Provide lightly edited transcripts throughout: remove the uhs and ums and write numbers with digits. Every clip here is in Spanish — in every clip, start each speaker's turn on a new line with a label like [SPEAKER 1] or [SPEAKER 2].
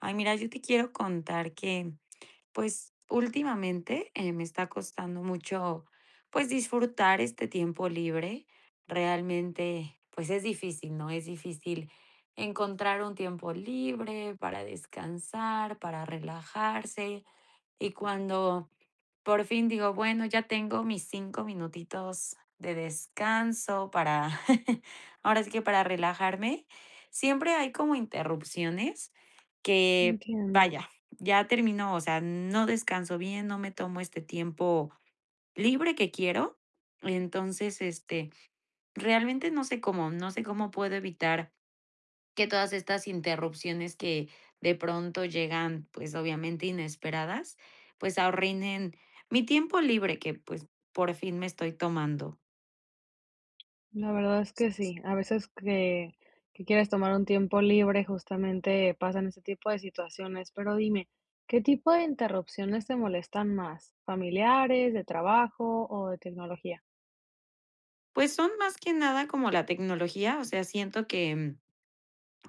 [SPEAKER 1] Ay, mira, yo te quiero contar que, pues, últimamente me está costando mucho, pues, disfrutar este tiempo libre. Realmente, pues, es difícil, ¿no? Es difícil encontrar un tiempo libre para descansar, para relajarse. Y cuando por fin digo, bueno, ya tengo mis 5 minutitos de descanso para, ahora sí que para relajarme. Siempre hay como interrupciones que,
[SPEAKER 2] Entiendo.
[SPEAKER 1] vaya, ya terminó, o sea, no descanso bien, no me tomo este tiempo libre que quiero. Entonces, este, realmente no sé cómo puedo evitar que todas estas interrupciones que de pronto llegan, pues, obviamente inesperadas, pues, ahorrinen mi tiempo libre que, pues, por fin me estoy tomando.
[SPEAKER 2] La verdad es que sí. A veces que quieres tomar un tiempo libre, justamente pasan este tipo de situaciones. Pero dime, ¿qué tipo de interrupciones te molestan más? ¿Familiares, de trabajo o de tecnología?
[SPEAKER 1] Pues, son más que nada como la tecnología, o sea, siento que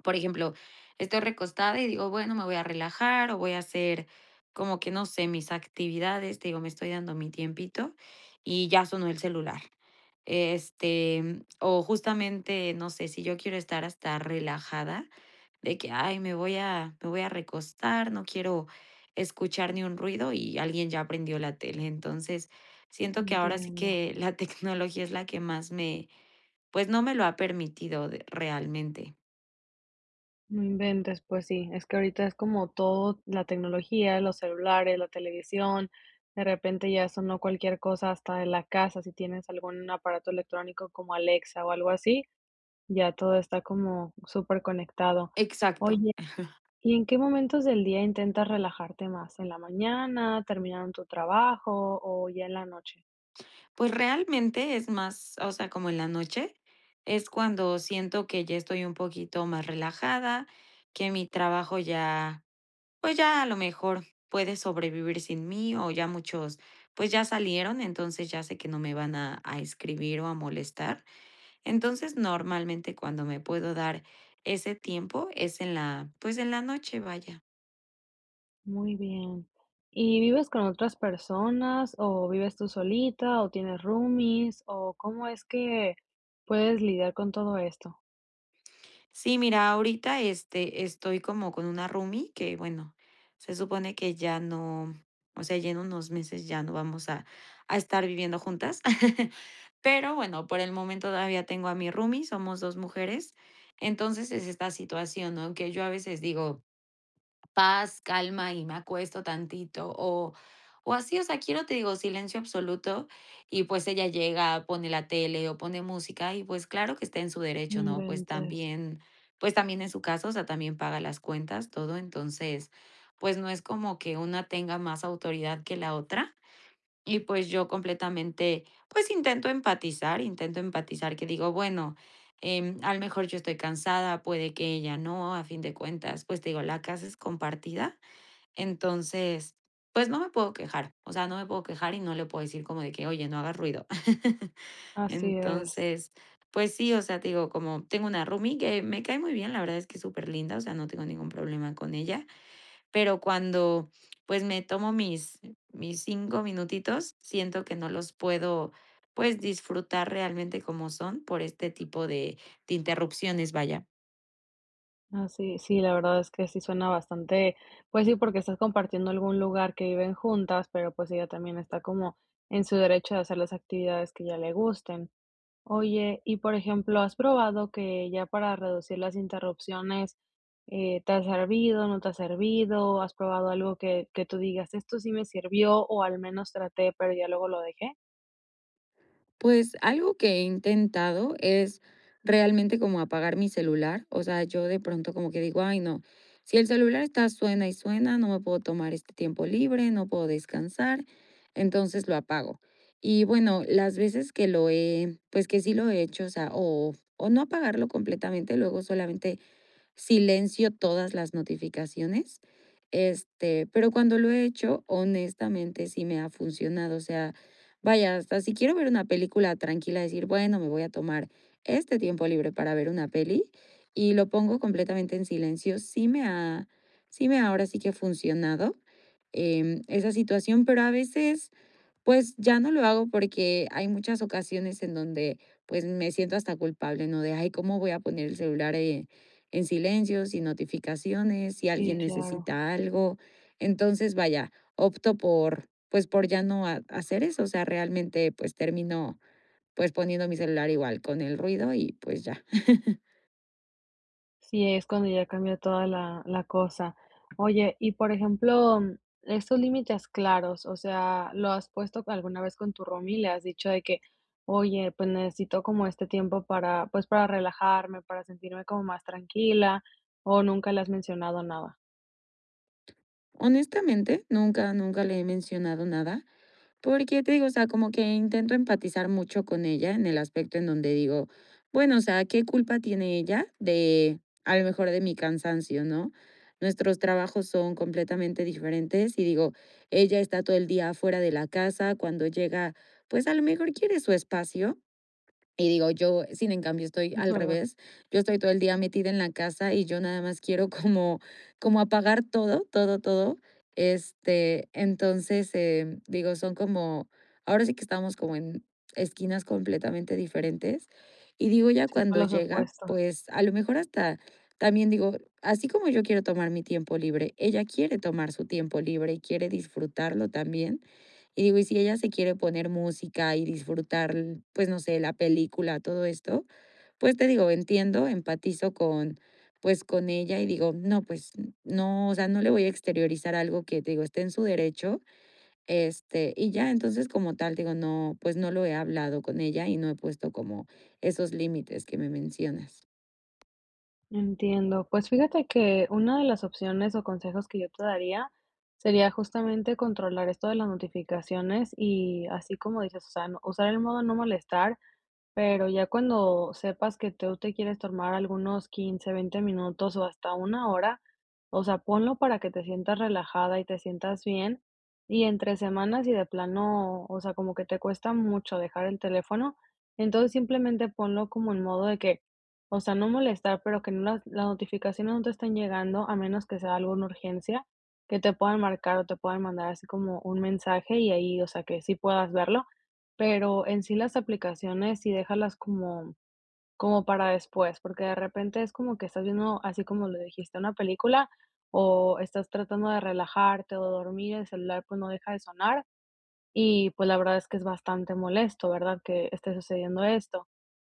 [SPEAKER 1] por ejemplo, estoy recostada y digo, bueno, me voy a relajar o voy a hacer como que no sé, mis actividades, te digo, me estoy dando mi tiempito y ya sonó el celular. O justamente, no sé, si yo quiero estar hasta relajada, de que, ay, me voy a recostar, no quiero escuchar ni un ruido y alguien ya prendió la tele. Entonces, siento que ahora sí
[SPEAKER 2] Entiendo.
[SPEAKER 1] que la tecnología es la que más me, pues no me lo ha permitido realmente.
[SPEAKER 2] No inventes, pues sí. Es que ahorita es como todo, la tecnología, los celulares, la televisión. De repente ya sonó cualquier cosa hasta de la casa, si tienes algún aparato electrónico como Alexa o algo así. Ya todo está como súper conectado.
[SPEAKER 1] Exacto.
[SPEAKER 2] Oye, ¿y en qué momentos del día intentas relajarte más? ¿En la mañana, terminando tu trabajo o ya en la noche?
[SPEAKER 1] Pues realmente es más, o sea, como en la noche, es cuando siento que ya estoy un poquito más relajada, que mi trabajo ya, pues ya a lo mejor puede sobrevivir sin mí o ya muchos, pues ya salieron, entonces ya sé que no me van a escribir o a molestar. Entonces normalmente cuando me puedo dar ese tiempo es pues en la noche, vaya.
[SPEAKER 2] Muy bien. ¿Y vives con otras personas o vives tú solita o tienes roomies o cómo es que puedes lidiar con todo esto?
[SPEAKER 1] Sí, mira, ahorita, estoy como con una roomie que, bueno, se supone que ya no, o sea, ya en unos meses ya no vamos a estar viviendo juntas. Pero bueno, por el momento todavía tengo a mi roomie, somos dos mujeres. Entonces es esta situación, ¿no? Que yo a veces digo, paz, calma y me acuesto tantito o así, o sea, quiero, te digo, silencio absoluto y pues ella llega, pone la tele o pone música y pues claro que está en su
[SPEAKER 2] No
[SPEAKER 1] derecho, ¿no?
[SPEAKER 2] inventes.
[SPEAKER 1] Pues también en su caso, o sea, también paga las cuentas, todo, entonces, pues no es como que una tenga más autoridad que la otra y pues yo completamente, pues intento empatizar, que digo, bueno, a lo mejor yo estoy cansada, puede que ella no, a fin de cuentas, pues te digo, la casa es compartida, entonces, pues no me puedo quejar, o sea, no me puedo quejar y no le puedo decir como de que, oye, no hagas ruido.
[SPEAKER 2] Así es.
[SPEAKER 1] Entonces, pues sí, o sea, te digo, como tengo una roomie que me cae muy bien, la verdad es que es súper linda, o sea, no tengo ningún problema con ella pero cuando, pues, me tomo mis 5 minutitos, siento que no los puedo, pues, disfrutar realmente como son por este tipo de interrupciones, vaya.
[SPEAKER 2] Ah, sí, sí, la verdad es que sí suena bastante, pues sí, porque estás compartiendo algún lugar que viven juntas, pero pues ella también está como en su derecho de hacer las actividades que ya le gusten. Oye, y por ejemplo, ¿has probado que ya para reducir las interrupciones te ha servido, no te ha servido? ¿Has probado algo que tú digas, esto sí me sirvió o al menos traté, pero ya luego lo dejé?
[SPEAKER 1] Pues algo que he intentado es realmente como apagar mi celular. O sea, yo de pronto como que digo, ay, no, si el celular está suena y suena, no me puedo tomar este tiempo libre, no puedo descansar, entonces lo apago. Y bueno, las veces que lo he, pues que sí lo he hecho, o sea, o no apagarlo completamente, luego solamente silencio todas las notificaciones, pero cuando lo he hecho, honestamente, sí me ha funcionado, o sea, vaya, hasta si quiero ver una película tranquila, decir, bueno, me voy a tomar este tiempo libre para ver una peli y lo pongo completamente en silencio, sí me ha ahora sí que funcionado esa situación, pero a veces pues ya no lo hago porque hay muchas ocasiones en donde pues me siento hasta culpable, ¿no? De, ay, ¿cómo voy a poner el celular en silencio, sin notificaciones, si
[SPEAKER 2] Sí,
[SPEAKER 1] alguien
[SPEAKER 2] claro.
[SPEAKER 1] necesita algo? Entonces, vaya, opto por pues por ya no hacer eso, o sea, realmente pues termino pues poniendo mi celular igual con el ruido y pues ya.
[SPEAKER 2] Sí, es cuando ya cambia toda la cosa. Oye, y por ejemplo, estos límites claros, o sea, ¿lo has puesto alguna vez con tu roomie? ¿Le has dicho de que, oye, pues necesito como este tiempo para, pues para relajarme, para sentirme como más tranquila? ¿O nunca le has mencionado nada?
[SPEAKER 1] Honestamente, nunca, nunca le he mencionado nada. Porque te digo, o sea, como que intento empatizar mucho con ella en el aspecto en donde digo, bueno, o sea, ¿qué culpa tiene ella de, a lo mejor, de mi cansancio, no? Nuestros trabajos son completamente diferentes y digo, ella está todo el día fuera de la casa, cuando llega, pues a lo mejor quiere su espacio, y digo, yo, sin en cambio, estoy
[SPEAKER 2] Es
[SPEAKER 1] al
[SPEAKER 2] verdad,
[SPEAKER 1] revés. Yo estoy todo el día metida en la casa y yo nada más quiero como apagar todo, todo, todo. Entonces, digo, son como, ahora sí que estamos como en esquinas completamente diferentes. Y digo, ya
[SPEAKER 2] sí, por
[SPEAKER 1] cuando
[SPEAKER 2] los
[SPEAKER 1] llega,
[SPEAKER 2] opuestos.
[SPEAKER 1] pues a lo mejor hasta también digo, así como yo quiero tomar mi tiempo libre, ella quiere tomar su tiempo libre y quiere disfrutarlo también. Y digo, y si ella se quiere poner música y disfrutar, pues, no sé, la película, todo esto, pues, te digo, entiendo, empatizo con, pues, con ella y digo, no, pues, no, o sea, no le voy a exteriorizar algo que, te digo, esté en su derecho, y ya, entonces, como tal, digo, no, pues, no lo he hablado con ella y no he puesto como esos límites que me mencionas.
[SPEAKER 2] Entiendo. Pues fíjate que una de las opciones o consejos que yo te daría sería justamente controlar esto de las notificaciones y así como dices, o sea, usar el modo no molestar, pero ya cuando sepas que tú te quieres tomar algunos 15 20 minutos o hasta una hora, o sea, ponlo para que te sientas relajada y te sientas bien. Y entre semanas y de plano, o sea, como que te cuesta mucho dejar el teléfono, entonces simplemente ponlo como en modo de que, o sea, no molestar, pero que no las, las notificaciones no te estén llegando a menos que sea alguna urgencia, que te puedan marcar o te puedan mandar así como un mensaje y ahí, o sea, que sí puedas verlo, pero en sí las aplicaciones sí déjalas como como para después, porque de repente es como que estás viendo, así como lo dijiste, una película o estás tratando de relajarte o dormir, el celular, pues, no deja de sonar y, pues, la verdad es que es bastante molesto, ¿verdad?, que esté sucediendo esto.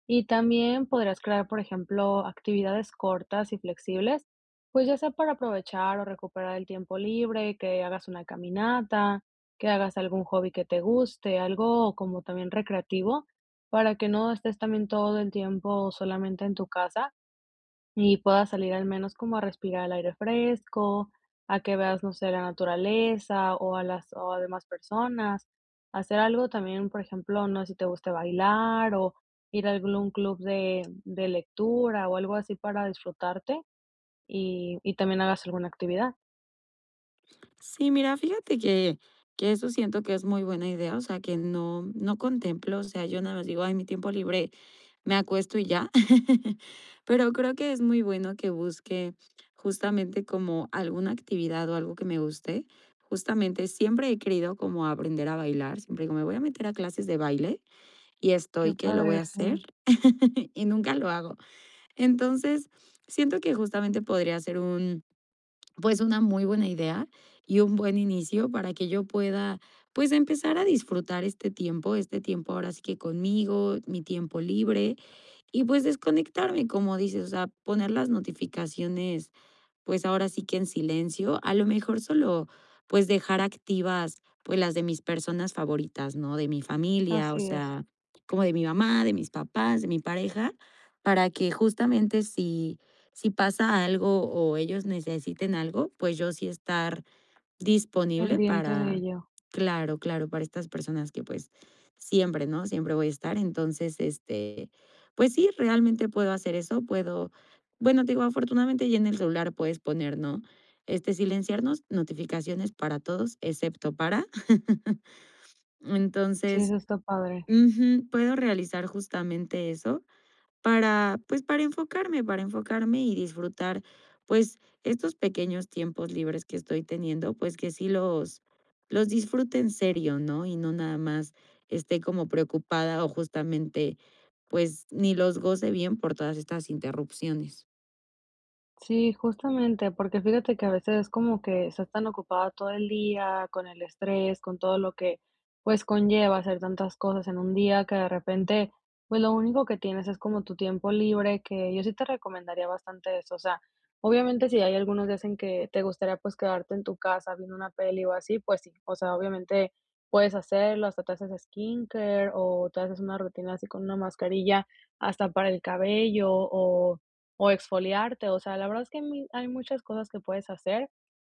[SPEAKER 2] Y también podrías crear, por ejemplo, actividades cortas y flexibles, pues ya sea para aprovechar o recuperar el tiempo libre, que hagas una caminata, que hagas algún hobby que te guste, algo como también recreativo, para que no estés también todo el tiempo solamente en tu casa. Y puedas salir al menos como a respirar el aire fresco, a que veas, no sé, la naturaleza o a las o a demás personas. Hacer algo también, por ejemplo, no sé si te guste bailar o ir a algún club de lectura o algo así para disfrutarte y también hagas alguna actividad.
[SPEAKER 1] Sí, mira, fíjate que, eso siento que es muy buena idea, o sea, que no, no contemplo, o sea, yo nada más digo, ay, mi tiempo libre me acuesto y ya. Pero creo que es muy bueno que busque justamente como alguna actividad o algo que me guste. Justamente siempre he querido como aprender a bailar, siempre digo, me voy a meter a clases de baile y
[SPEAKER 2] Qué
[SPEAKER 1] estoy que lo voy
[SPEAKER 2] padre,
[SPEAKER 1] a Claro. hacer
[SPEAKER 2] sí.
[SPEAKER 1] y nunca lo hago. Entonces, siento que justamente podría ser pues una muy buena idea y un buen inicio para que yo pueda, pues empezar a disfrutar este tiempo ahora sí que conmigo, mi tiempo libre y pues desconectarme, como dices, o sea, poner las notificaciones, pues ahora sí que en silencio, a lo mejor solo, pues dejar activas, pues las de mis personas favoritas, ¿no? De mi familia, o
[SPEAKER 2] Así es,
[SPEAKER 1] sea, como de mi mamá, de mis papás, de mi pareja, para que justamente si pasa algo o ellos necesiten algo, pues yo sí estar disponible
[SPEAKER 2] pendiente de
[SPEAKER 1] para
[SPEAKER 2] ello.
[SPEAKER 1] claro, claro, para estas personas que, pues, siempre, ¿no? Siempre voy a estar. Entonces, pues sí, realmente puedo hacer eso, puedo bueno, te digo, afortunadamente ya en el celular puedes poner, ¿no? Silenciarnos notificaciones para todos, excepto para.
[SPEAKER 2] Sí,
[SPEAKER 1] Entonces,
[SPEAKER 2] eso está padre.
[SPEAKER 1] ujú, puedo realizar justamente eso. Para enfocarme, para enfocarme y disfrutar, pues, estos pequeños tiempos libres que estoy teniendo, pues, que sí los disfrute en serio, ¿no? Y no nada más esté como preocupada o justamente, pues, ni los goce bien por todas estas interrupciones.
[SPEAKER 2] Sí, justamente, porque fíjate que a veces es como que estás tan ocupada todo el día con el estrés, con todo lo que pues conlleva hacer tantas cosas en un día que de repente pues lo único que tienes es como tu tiempo libre, que yo sí te recomendaría bastante eso, o sea, obviamente si hay algunos días en que te gustaría pues quedarte en tu casa viendo una peli o así, pues sí, o sea, obviamente puedes hacerlo, hasta te haces skincare o te haces una rutina así con una mascarilla hasta para el cabello o exfoliarte, o sea, la verdad es que hay muchas cosas que puedes hacer,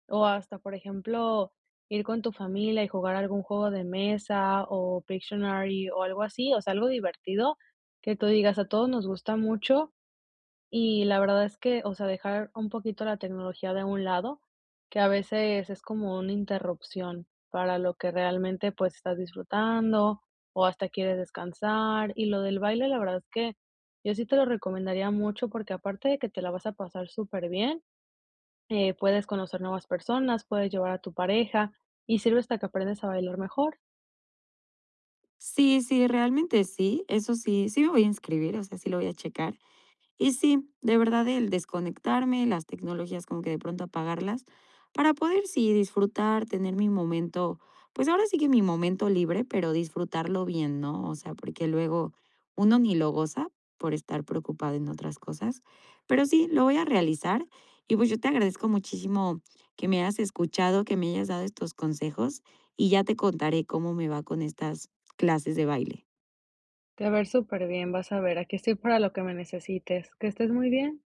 [SPEAKER 2] o hasta, por ejemplo, ir con tu familia y jugar algún juego de mesa, o Pictionary, o algo así, o sea, algo divertido que tú digas, a todos nos gusta mucho y la verdad es que, o sea, dejar un poquito la tecnología de un lado, que a veces es como una interrupción para lo que realmente, pues, estás disfrutando o hasta quieres descansar. Y lo del baile, la verdad es que yo sí te lo recomendaría mucho porque aparte de que te la vas a pasar superbién, puedes conocer nuevas personas, puedes llevar a tu pareja y sirve hasta que aprendes a bailar mejor.
[SPEAKER 1] Sí, sí, realmente sí, eso sí, sí me voy a inscribir, o sea, sí lo voy a checar. Y sí, de verdad el desconectarme, las tecnologías como que de pronto apagarlas, para poder sí disfrutar, tener mi momento, pues ahora sí que mi momento libre, pero disfrutarlo bien, ¿no? O sea, porque luego uno ni lo goza por estar preocupado en otras cosas, pero sí, lo voy a realizar y pues yo te agradezco muchísimo que me hayas escuchado, que me hayas dado estos consejos y ya te contaré cómo me va con estas clases de baile.
[SPEAKER 2] Te va a ver súper bien, vas a ver, aquí estoy para lo que me necesites. Que estés muy bien.